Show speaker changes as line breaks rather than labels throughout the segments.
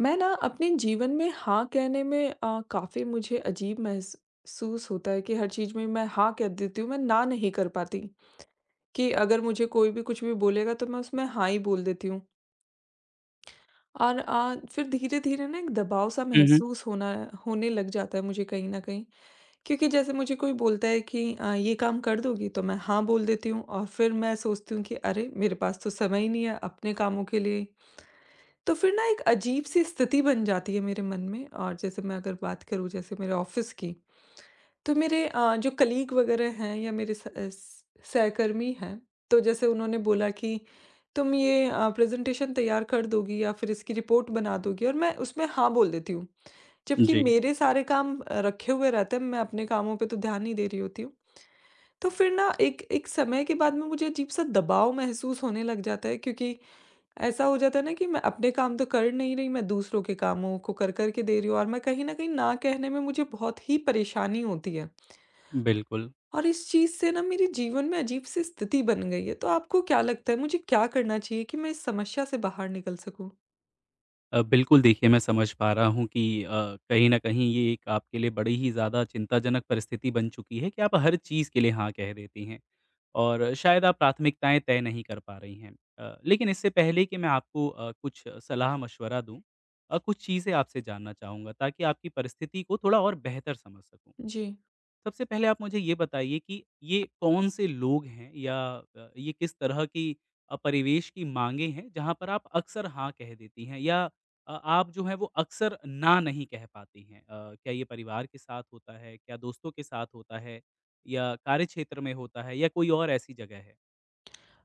मैं ना अपने जीवन में हाँ कहने में काफ़ी मुझे अजीब महसूस होता है कि हर चीज़ में मैं हाँ कह देती हूँ, मैं ना नहीं कर पाती कि अगर मुझे कोई भी कुछ भी बोलेगा, तो मैं उसमें हाँ ही बोल देती हूँ। और फिर धीरे-धीरे ना एक दबाव-सा
हुँ, हुँ।
महसूस होना होने लग जाता है मुझे कहीं न कहीं, क्योंकि जैसे मुझे कोई बोलता है कि ये काम कर दोगी? तो मैं हाँ बोल देती हूँ और फिर मैं सोचती हूँ कि अरे! मेरे पास तो समय ही नहीं है अपने कामों के लिए। तो फिर ना एक अजीब-सी स्थिति बन जाती है मेरे मन में, और जैसे मैं अगर बात करूँ जैसे मेरे ऑफ़िस की, तो मेरे जो कलीग वग़ैरह हैं या मेरे स अ, स सहकर्मी हैं, तो जैसे उन्होंने बोला कि, "तुम ये प्रेज़ेंटेशन तैयार कर दोगी या फिर इसकी रिपोर्ट बना दोगी?" और मैं उसमें हाँ बोल देती हूँ। जबकि
जी,
मेरे सारे काम रखे हुए रहते हैं, मैं अपने कामों पे तो ध्यान नहीं दे रही होती हूँ। तो फिर ना एक एक समय के बाद में मुझे अजीब-सा दबाव महसूस होने लग जाता है, क्योंकि ऐसा हो जाता है ना कि मैं अपने काम तो कर नहीं रही, मैं दूसरों के कामों को कर कर के दे रही हूँ, और मैं कहीं न कहीं ना कहने में मुझे बहुत ही परेशानी होती है।
बिल्कुल।
और इस चीज़ से ना मेरे जीवन में अजीब सी स्थिति बन गई है। तो आपको क्या लगता है मुझे क्या करना चाहिए कि मैं इस समस्या से बाहर निकल सकूँ?
बिल्कुल देखिए मैं समझ पा रहा हूँ कि कहीं न कहीं ये एक आपके लिए बड़ी ही ज़्यादा चिंताजनक परिस्थिति बन चुकी है कि आप हर चीज़ के लिए हाँ कह देती हैं और शायद आप प्राथमिकताएँ तय नहीं कर पा रही हैं। लेकिन इससे पहले कि मैं आपको कुछ सलाह-मशवरा दूँ, कुछ चीज़ें आपसे जानना चाहूँगा ताकि आपकी परिस्थिति को थोड़ा और बेहतर समझ सकूँ।
जी।
सबसे पहले आप मुझे ये बताइए कि ये कौन से लोग हैं या ये किस तरह की परिवेश की माँगें हैं जहाँ पर आप अक्सर हाँ कह देती हैं या आप जो हैं वो अक्सर ना नहीं कह पाती हैं? क्या ये परिवार के साथ होता है? क्या दोस्तों के साथ होता है? या कार्यक्षेत्र में होता है या कोई और ऐसी जगह है?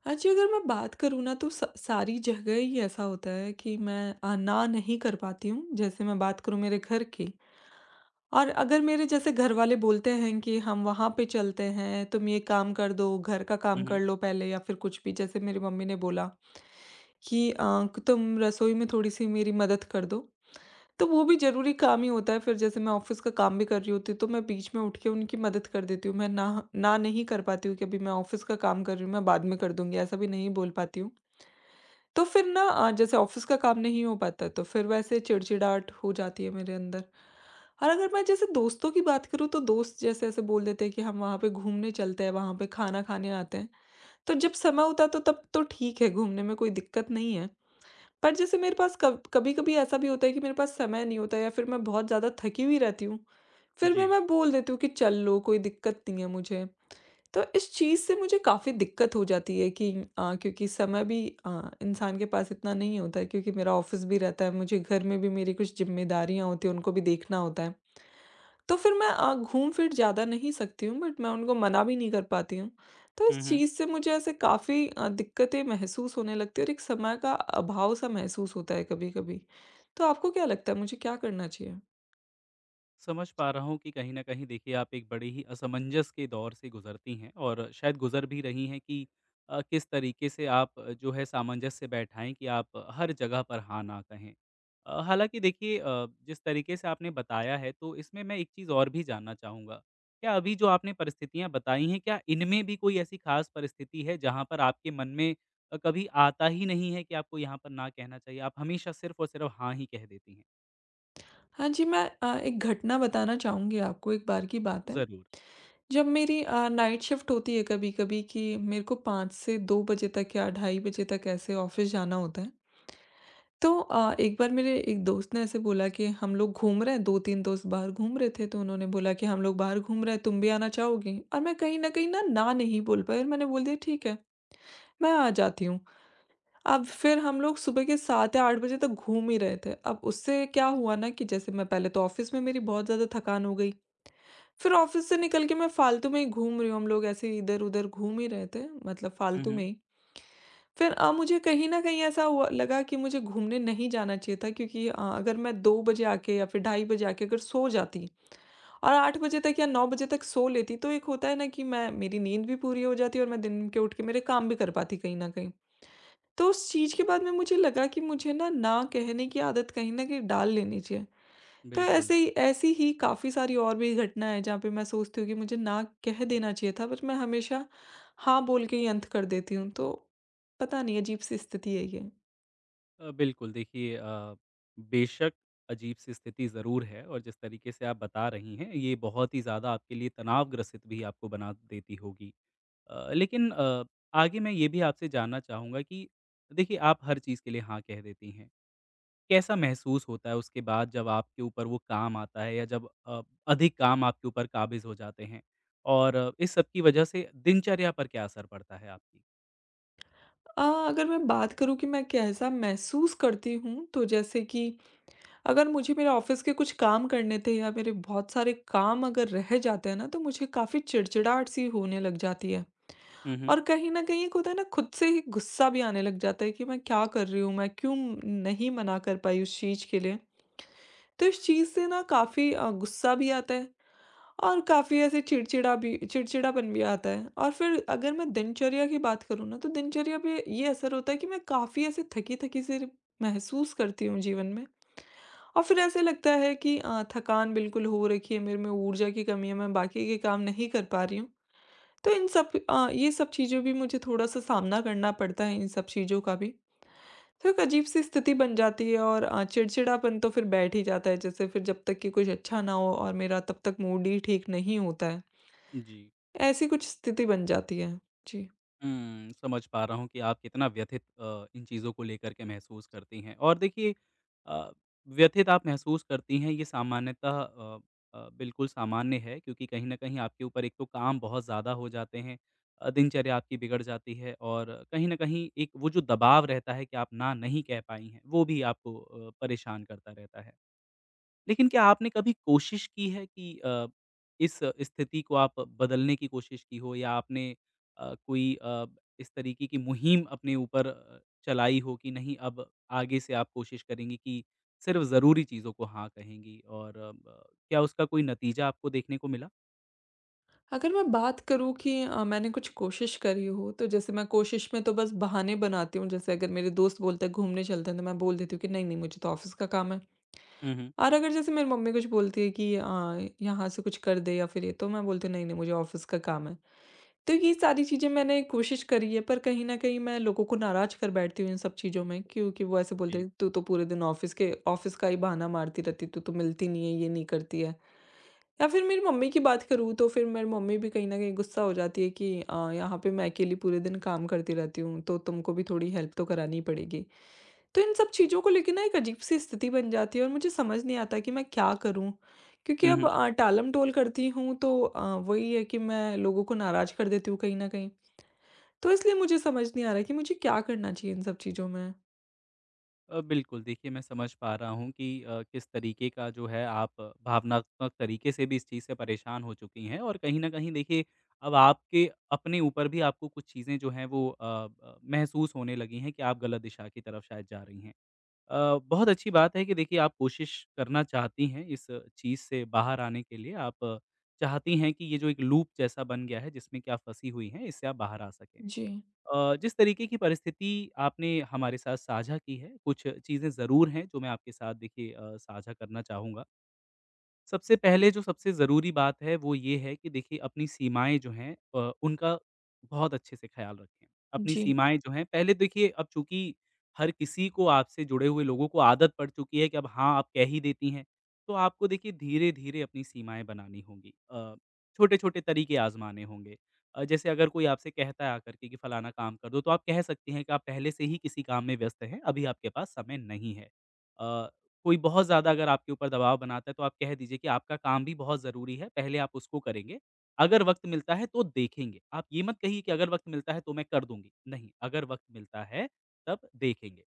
हाँ जी, अगर मैं बात करूँ ना, तो स सारी जगह ही ऐसा होता है कि मैं ना नहीं कर पाती हूँ। जैसे मैं बात करूँ मेरे घर की और अगर मेरे जैसे घरवाले बोलते हैं कि हम वहाँ पे चलते हैं, तुम ये काम कर दो, घर का काम
हुँ,
कर
हुँ।
लो पहले, या फिर कुछ भी जैसे मेरी मम्मी ने बोला कि तुम रसोई में थोड़ी-सी मेरी मदद कर दो, तो वो भी ज़रूरी काम ही होता है। फिर जैसे मैं ऑफ़िस का काम भी कर रही होती हूँ, तो मैं बीच में उठ के उनकी मदद कर देती हूँ। मैं ना ना नहीं कर पाती हूँ कि अभी मैं ऑफ़िस का काम कर रही हूँ, मैं बाद में कर दूँगी, ऐसा भी नहीं बोल पाती हूँ। तो फिर ना जैसे ऑफिस का काम नहीं हो पाता, तो फिर वैसे चिड़चिड़ाहट हो जाती है मेरे अंदर। और अगर मैं जैसे दोस्तों की बात करूँ, तो दोस्त जैसे ऐसे बोल देते हैं कि हम वहाँ पे घूमने चलते हैं, वहाँ पे खाना खाने आते हैं। तो जब समय होता है तो तब तो ठीक है, घूमने में कोई दिक्कत नहीं है। पर जैसे मेरे पास कब कभी-कभी ऐसा भी होता है कि मेरे पास समय नहीं होता या फिर मैं बहुत ज़्यादा थकी हुई रहती हूँ। फिर भी
जी।
मैं बोल देती हूँ कि चल लो, कोई दिक्कत नहीं है मुझे। तो इस चीज़ से मुझे काफ़ी दिक्कत हो जाती है कि क्योंकि समय भी इंसान के पास इतना नहीं होता है, क्योंकि मेरा ऑफिस भी रहता है, मुझे घर में भी मेरी कुछ ज़िम्मेदारियाँ होती हैं, उनको भी देखना होता है। तो फिर मैं घूम-फिर ज़्यादा नहीं सकती हूँ, बट मैं उनको मना भी नहीं कर पाती हूँ। तो इस
हुँ, हुँ।
चीज़ से मुझे ऐसे काफ़ी दिक्कतें महसूस होने लगती हैं, और एक समय का अभाव-सा महसूस होता है कभी-कभी। तो आपको क्या लगता है मुझे क्या करना चाहिए?
समझ पा रहा हूँ कि कहीं न कहीं देखिए आप एक बड़े ही असमंजस के दौर से गुज़रती हैं और शायद गुज़र भी रही हैं कि किस तरीके से आप जो है सामंजस्य बैठाएँ कि आप हर जगह पर हाँ, ना कहें। हालाँकि देखिए जिस तरीके से आपने बताया है तो इसमें मैं एक चीज़ और भी जानना चाहूँगा। क्या अभी जो आपने परिस्थितियाँ बताई हैं क्या इनमें भी कोई ऐसी ख़ास परिस्थिति है जहाँ पर आपके मन में कभी आता ही नहीं है कि आपको यहाँ पर ना कहना चाहिए? आप हमेशा सिर्फ़ और सिर्फ़ हाँ ही कह देती हैं?
हाँ जी, मैं एक घटना बताना चाहूँगी आपको, एक बार की बात है।
ज़रूर।
जब मेरी नाइट शिफ्ट होती है कभी-कभी कि मेरे को 5 से 2 बजे तक या ढाई बजे तक ऐसे ऑफ़िस जाना होता है। तो एक बार मेरे एक दोस्त ने ऐसे बोला कि हम लोग घूम रहे हैं, 2-3 दोस्त बाहर घूम रहे थे, तो उन्होंने बोला कि हम लोग बाहर घूम रहे हैं, तुम भी आना चाहोगी? और मैं कहीं न कहीं ना, ना नहीं बोल पाई, और मैंने बोल दिया ठीक है, मैं आ जाती हूँ। अब फिर हम लोग सुबह के 7 या 8 बजे तक घूम ही रहे थे। अब उससे क्या हुआ ना कि जैसे मैं पहले तो ऑफ़िस में मेरी बहुत ज़्यादा थकान हो गई। फिर ऑफ़िस से निकल के मैं फालतू में ही घूम रही हूँ, हम लोग ऐसे ही इधर-उधर घूम ही रहे थे, मतलब
हुँ,
फालतू में
हुँ।
ही। फिर मुझे कहीं न कहीं ऐसा हुआ लगा कि मुझे घूमने नहीं जाना चाहिए था, क्योंकि अगर मैं 2 बजे आके या फिर ढाई बजे आके अगर सो जाती और 8 बजे तक या 9 बजे तक सो लेती, तो एक होता है ना कि मैं मेरी नींद भी पूरी हो जाती और मैं दिन के उठ के मेरे काम भी कर पाती कहीं न कहीं। तो उस चीज़ के बाद में मुझे लगा कि मुझे ना, ना कहने की आदत कहीं न कहीं डाल लेनी चाहिए। तो
बिल्कुल।
ऐसे ही ऐसी ही काफ़ी सारी और भी घटनाएँ हैं जहाँ पे मैं सोचती हूँ कि मुझे ना कह देना चाहिए था, बट मैं हमेशा हाँ बोल के ही अंत कर देती हूँ। तो पता नहीं, अजीब-सी स्थिति है ये।
बिल्कुल देखिए अ, बेशक अजीब सी स्थिति ज़रूर है और जिस तरीके से आप बता रही हैं ये बहुत ही ज़्यादा आपके लिए तनाव ग्रसित भी आपको बना देती होगी। लेकिन आगे मैं ये भी आपसे जानना चाहूँगा कि देखिए आप हर चीज़ के लिए हाँ कह देती हैं। कैसा महसूस होता है उसके बाद जब आपके ऊपर वो काम आता है या जब अधिक काम आपके ऊपर काबिज़ हो जाते हैं? और इस सब की वजह से दिनचर्या पर क्या असर पड़ता है आपकी?
अ, अगर मैं बात करूँ कि मैं कैसा महसूस करती हूँ, तो जैसे कि अगर मुझे मेरे ऑफ़िस के कुछ काम करने थे या मेरे बहुत सारे काम अगर रह जाते हैं ना, तो मुझे काफ़ी चिड़चिड़ाहट-सी होने लग जाती है।
हुँ, हुँ।
और कहीं न कहीं एक होता है ना, खुद से ही गुस्सा भी आने लग जाता है कि मैं क्या कर रही हूँ? मैं क्यों नहीं मना कर पाई उस चीज़ के लिए? तो इस चीज़ से ना काफ़ी गुस्सा भी आता है, और काफ़ी ऐसे चिड़चिड़ापन भी आता है। और फिर अगर मैं दिनचर्या की बात करूँ ना, तो दिनचर्या पे ये असर होता है कि मैं काफ़ी ऐसे थकी-थकी सी महसूस करती हूँ जीवन में। और फिर ऐसे लगता है कि थकान बिल्कुल हो रखी है, मेरे में ऊर्जा की कमी है, मैं बाकी के काम नहीं कर पा रही हूँ। तो ये सब चीज़ें भी मुझे थोड़ा-सा सामना करना पड़ता है इन सब चीज़ों का भी। तो एक अजीब-सी स्थिति बन जाती है और चिड़चिड़ापन तो फिर बैठ ही जाता है, जैसे फिर जब तक कि कुछ अच्छा ना हो, और मेरा तब तक मूड ही ठीक नहीं होता है।
जी।
ऐसी कुछ स्थिति बन जाती है। जी।
हुँ, समझ पा रहा हूँ कि आप कितना व्यथित इन चीज़ों को लेकर के महसूस करती हैं। और देखिए अ, व्यथित आप महसूस करती हैं ये सामान्यतः बिल्कुल सामान्य है क्योंकि कहीं न कहीं आपके ऊपर एक तो काम बहुत ज़्यादा हो जाते हैं, दिनचर्या आपकी बिगड़ जाती है और कहीं न कहीं एक वो जो दबाव रहता है कि आप ना नहीं कह पाई हैं, वो भी आपको परेशान करता रहता है। लेकिन क्या आपने कभी कोशिश की है कि इस स्थिति को आप बदलने की कोशिश की हो या आपने कोई इस तरीके की मुहिम अपने ऊपर चलाई हो कि नहीं अब आगे से आप कोशिश करेंगी कि सिर्फ ज़रूरी चीज़ों को हाँ कहेंगी और क्या उसका कोई नतीजा आपको देखने को मिला?
अगर मैं बात करूँ कि मैंने कुछ कोशिश करी हो, तो जैसे मैं कोशिश में तो बस बहाने बनाती हूँ। जैसे अगर मेरे दोस्त बोलते हैं घूमने चलते हैं, तो मैं बोल देती हूँ कि नहीं-नहीं, मुझे तो ऑफ़िस का काम है।
हुँ, हुँ।
और अगर जैसे मेरी मम्मी कुछ बोलती है कि यहाँ से कुछ कर दे या फिर ये, तो मैं बोलती हूँ नहीं नहीं, मुझे ऑफिस का काम है। तो ये सारी चीज़ें मैंने कोशिश करी है, पर कहीं न कहीं मैं लोगों को नाराज़ कर बैठती हूँ इन सब चीज़ों में, क्योंकि वो ऐसे बोलते
जी।
हैं तू तो पूरे दिन ऑफिस का ही बहाना मारती रहती है, तू तो मिलती नहीं है, ये नहीं करती है। या फिर मेरी मम्मी की बात करूँ तो फिर मेरी मम्मी भी कहीं न कहीं गुस्सा हो जाती है कि यहाँ पे मैं अकेली पूरे दिन काम करती रहती हूँ, तो तुमको भी थोड़ी हेल्प तो करानी पड़ेगी। तो इन सब चीज़ों को लेके ना एक अजीब-सी स्थिति बन जाती है और मुझे समझ नहीं आता कि मैं क्या करूँ? क्योंकि
हुँ,
अब
हुँ।
टालम-टोल करती हूँ तो वही है कि मैं लोगों को नाराज़ कर देती हूँ कहीं न कहीं। तो इसलिए मुझे समझ नहीं आ रहा कि मुझे क्या करना चाहिए इन सब चीज़ों में?
बिल्कुल देखिए मैं समझ पा रहा हूँ कि किस तरीके का जो है आप भावनात्मक तरीके से भी इस चीज़ से परेशान हो चुकी हैं और कहीं न कहीं देखिए अब आपके अपने ऊपर भी आपको कुछ चीज़ें जो हैं वो महसूस होने लगी हैं कि आप गलत दिशा की तरफ शायद जा रही हैं। बहुत अच्छी बात है कि देखिए आप कोशिश करना चाहती हैं इस चीज़ से बाहर आने के लिए, आप चाहती हैं कि ये जो एक लूप जैसा बन गया है जिसमें कि आप फँसी हुई हैं इससे आप बाहर आ सकें।
जी,
जिस तरीके की परिस्थिति आपने हमारे साथ साझा की है, कुछ चीज़ें ज़रूर हैं जो मैं आपके साथ देखिए साझा करना चाहूँगा। सबसे पहले जो सबसे ज़रूरी बात है वो ये है कि देखिए अपनी सीमाएँ जो हैं उनका बहुत अच्छे से ख़्याल रखें। अपनी
जी,
सीमाएँ जो हैं पहले देखिए अब चूँकि हर किसी को आपसे जुड़े हुए लोगों को आदत पड़ चुकी है कि अब हाँ, आप कह ही देती हैं। तो आपको देखिए धीरे-धीरे अपनी सीमाएँ बनानी होंगी। छोटे-छोटे तरीके आज़माने होंगे। जैसे अगर कोई आपसे कहता है आकर के कि फलाना काम कर दो तो आप कह सकती हैं कि आप पहले से ही किसी काम में व्यस्त हैं, अभी आपके पास समय नहीं है। अ कोई बहुत ज़्यादा अगर आपके ऊपर दबाव बनाता है तो आप कह दीजिए कि आपका काम भी बहुत ज़रूरी है, पहले आप उसको करेंगे। अगर वक़्त मिलता है तो देखेंगे। आप ये मत कहिए कि अगर वक़्त मिलता है तो मैं कर दूँगी, नहीं, अगर वक़्त मिलता है तब देखेंगे।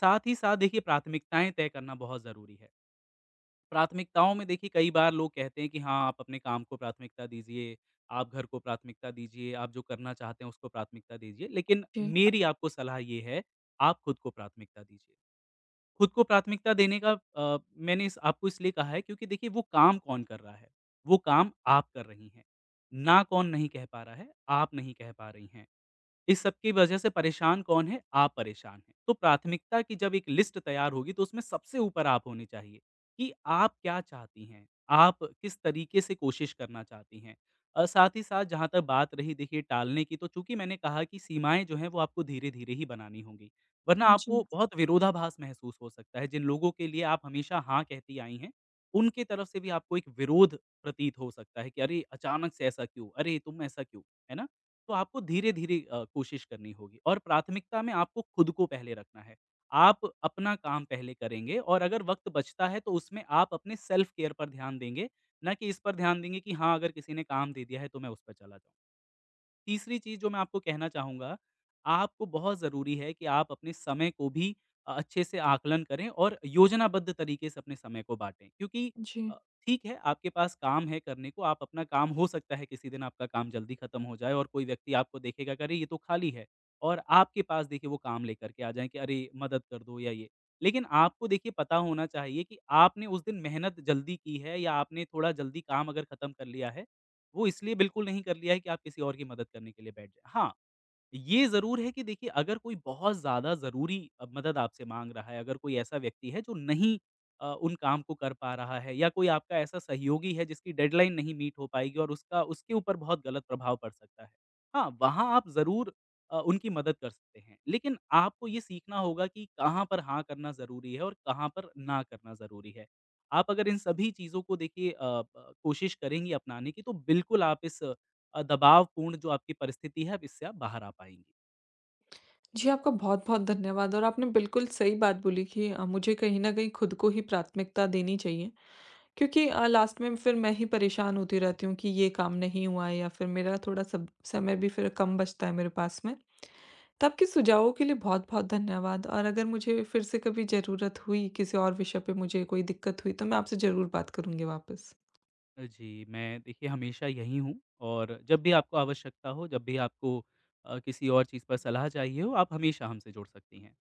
साथ ही साथ देखिए प्राथमिकताएँ तय करना बहुत ज़रूरी है। प्राथमिकताओं में देखिए कई बार लोग कहते हैं कि हाँ, आप अपने काम को प्राथमिकता दीजिए, आप घर को प्राथमिकता दीजिए, आप जो करना चाहते हैं उसको प्राथमिकता दीजिए। लेकिन
जी,
मेरी आपको सलाह ये है, आप खुद को प्राथमिकता दीजिए। खुद को प्राथमिकता देने का मैंने इस आपको इसलिए कहा है क्योंकि देखिए वो काम कौन कर रहा है, वो काम आप कर रही हैं। ना कौन नहीं कह पा रहा है, आप नहीं कह पा रही हैं। इस सब की वजह से परेशान कौन है? आप परेशान हैं। तो प्राथमिकता की जब एक लिस्ट तैयार होगी तो उसमें सबसे ऊपर आप होनी चाहिए, कि आप क्या चाहती हैं? आप किस तरीके से कोशिश करना चाहती हैं? साथ ही साथ जहाँ तक बात रही देखिए टालने की तो चूँकि मैंने कहा कि सीमाएँ जो हैं वो आपको धीरे-धीरे ही बनानी होंगी, वरना
जी,
आपको बहुत विरोधाभास महसूस हो सकता है। जिन लोगों के लिए आप हमेशा हाँ कहती आई हैं, उनके तरफ से भी आपको एक विरोध प्रतीत हो सकता है कि अरे! अचानक से ऐसा क्यों? अरे! तुम ऐसा क्यों? है ना? तो आपको धीरे-धीरे कोशिश करनी होगी और प्राथमिकता में आपको खुद को पहले रखना है। आप अपना काम पहले करेंगे और अगर वक़्त बचता है तो उसमें आप अपने सेल्फ केयर पर ध्यान देंगे, ना कि इस पर ध्यान देंगे कि हाँ, अगर किसी ने काम दे दिया है तो मैं उस पर चला जाऊँ। तीसरी चीज़ जो मैं आपको कहना चाहूँगा, आपको बहुत ज़रूरी है कि आप अपने समय को भी अच्छे से आकलन करें और योजनाबद्ध तरीके से अपने समय को बाँटें। क्योंकि
जी।
अ, ठीक है, आपके पास काम है करने को, आप अपना काम हो सकता है किसी दिन आपका काम जल्दी खत्म हो जाए और कोई व्यक्ति आपको देखेगा कि अरे! ये तो खाली है और आपके पास देखिए वो काम लेकर के आ जाएँ कि अरे! मदद कर दो या ये। लेकिन आपको देखिए पता होना चाहिए कि आपने उस दिन मेहनत जल्दी की है या आपने थोड़ा जल्दी काम अगर खत्म कर लिया है वो इसलिए बिल्कुल नहीं कर लिया है कि आप किसी और की मदद करने के लिए बैठ जाएँ। हाँ, ये ज़रूर है कि देखिए अगर कोई बहुत ज़्यादा ज़रूरी मदद आपसे माँग रहा है, अगर कोई ऐसा व्यक्ति है जो नहीं उन काम को कर पा रहा है या कोई आपका ऐसा सहयोगी है जिसकी डेडलाइन नहीं मीट हो पाएगी और उसका उसके ऊपर बहुत गलत प्रभाव पड़ सकता है। हाँ, वहाँ आप ज़रूर उनकी मदद कर सकते हैं। लेकिन आपको ये सीखना होगा कि कहाँ पर हाँ करना ज़रूरी है और कहाँ पर ना करना ज़रूरी है। आप अगर इन सभी चीज़ों को देखिए अ, ब कोशिश करेंगी अपनाने की तो बिल्कुल आप इस दबावपूर्ण जो आपकी परिस्थिति है अब इससे आप बाहर आ पाएँगी।
जी, आपका बहुत-बहुत धन्यवाद, और आपने बिल्कुल सही बात बोली कि मुझे कहीं न कहीं खुद को ही प्राथमिकता देनी चाहिए। क्योंकि लास्ट में फिर मैं ही परेशान होती रहती हूँ कि ये काम नहीं हुआ है, या फिर मेरा थोड़ा सब समय भी फिर कम बचता है मेरे पास में। तो आपके सुझावों के लिए बहुत-बहुत धन्यवाद, और अगर मुझे फिर से कभी ज़रूरत हुई, किसी और विषय पे मुझे कोई दिक्कत हुई, तो मैं आपसे ज़रूर बात करूँगी वापस।
जी, मैं देखिए हमेशा यहीं हूँ और जब भी आपको आवश्यकता हो, जब भी आपको किसी और चीज़ पर सलाह चाहिए हो, आप हमेशा हमसे जुड़ सकती हैं।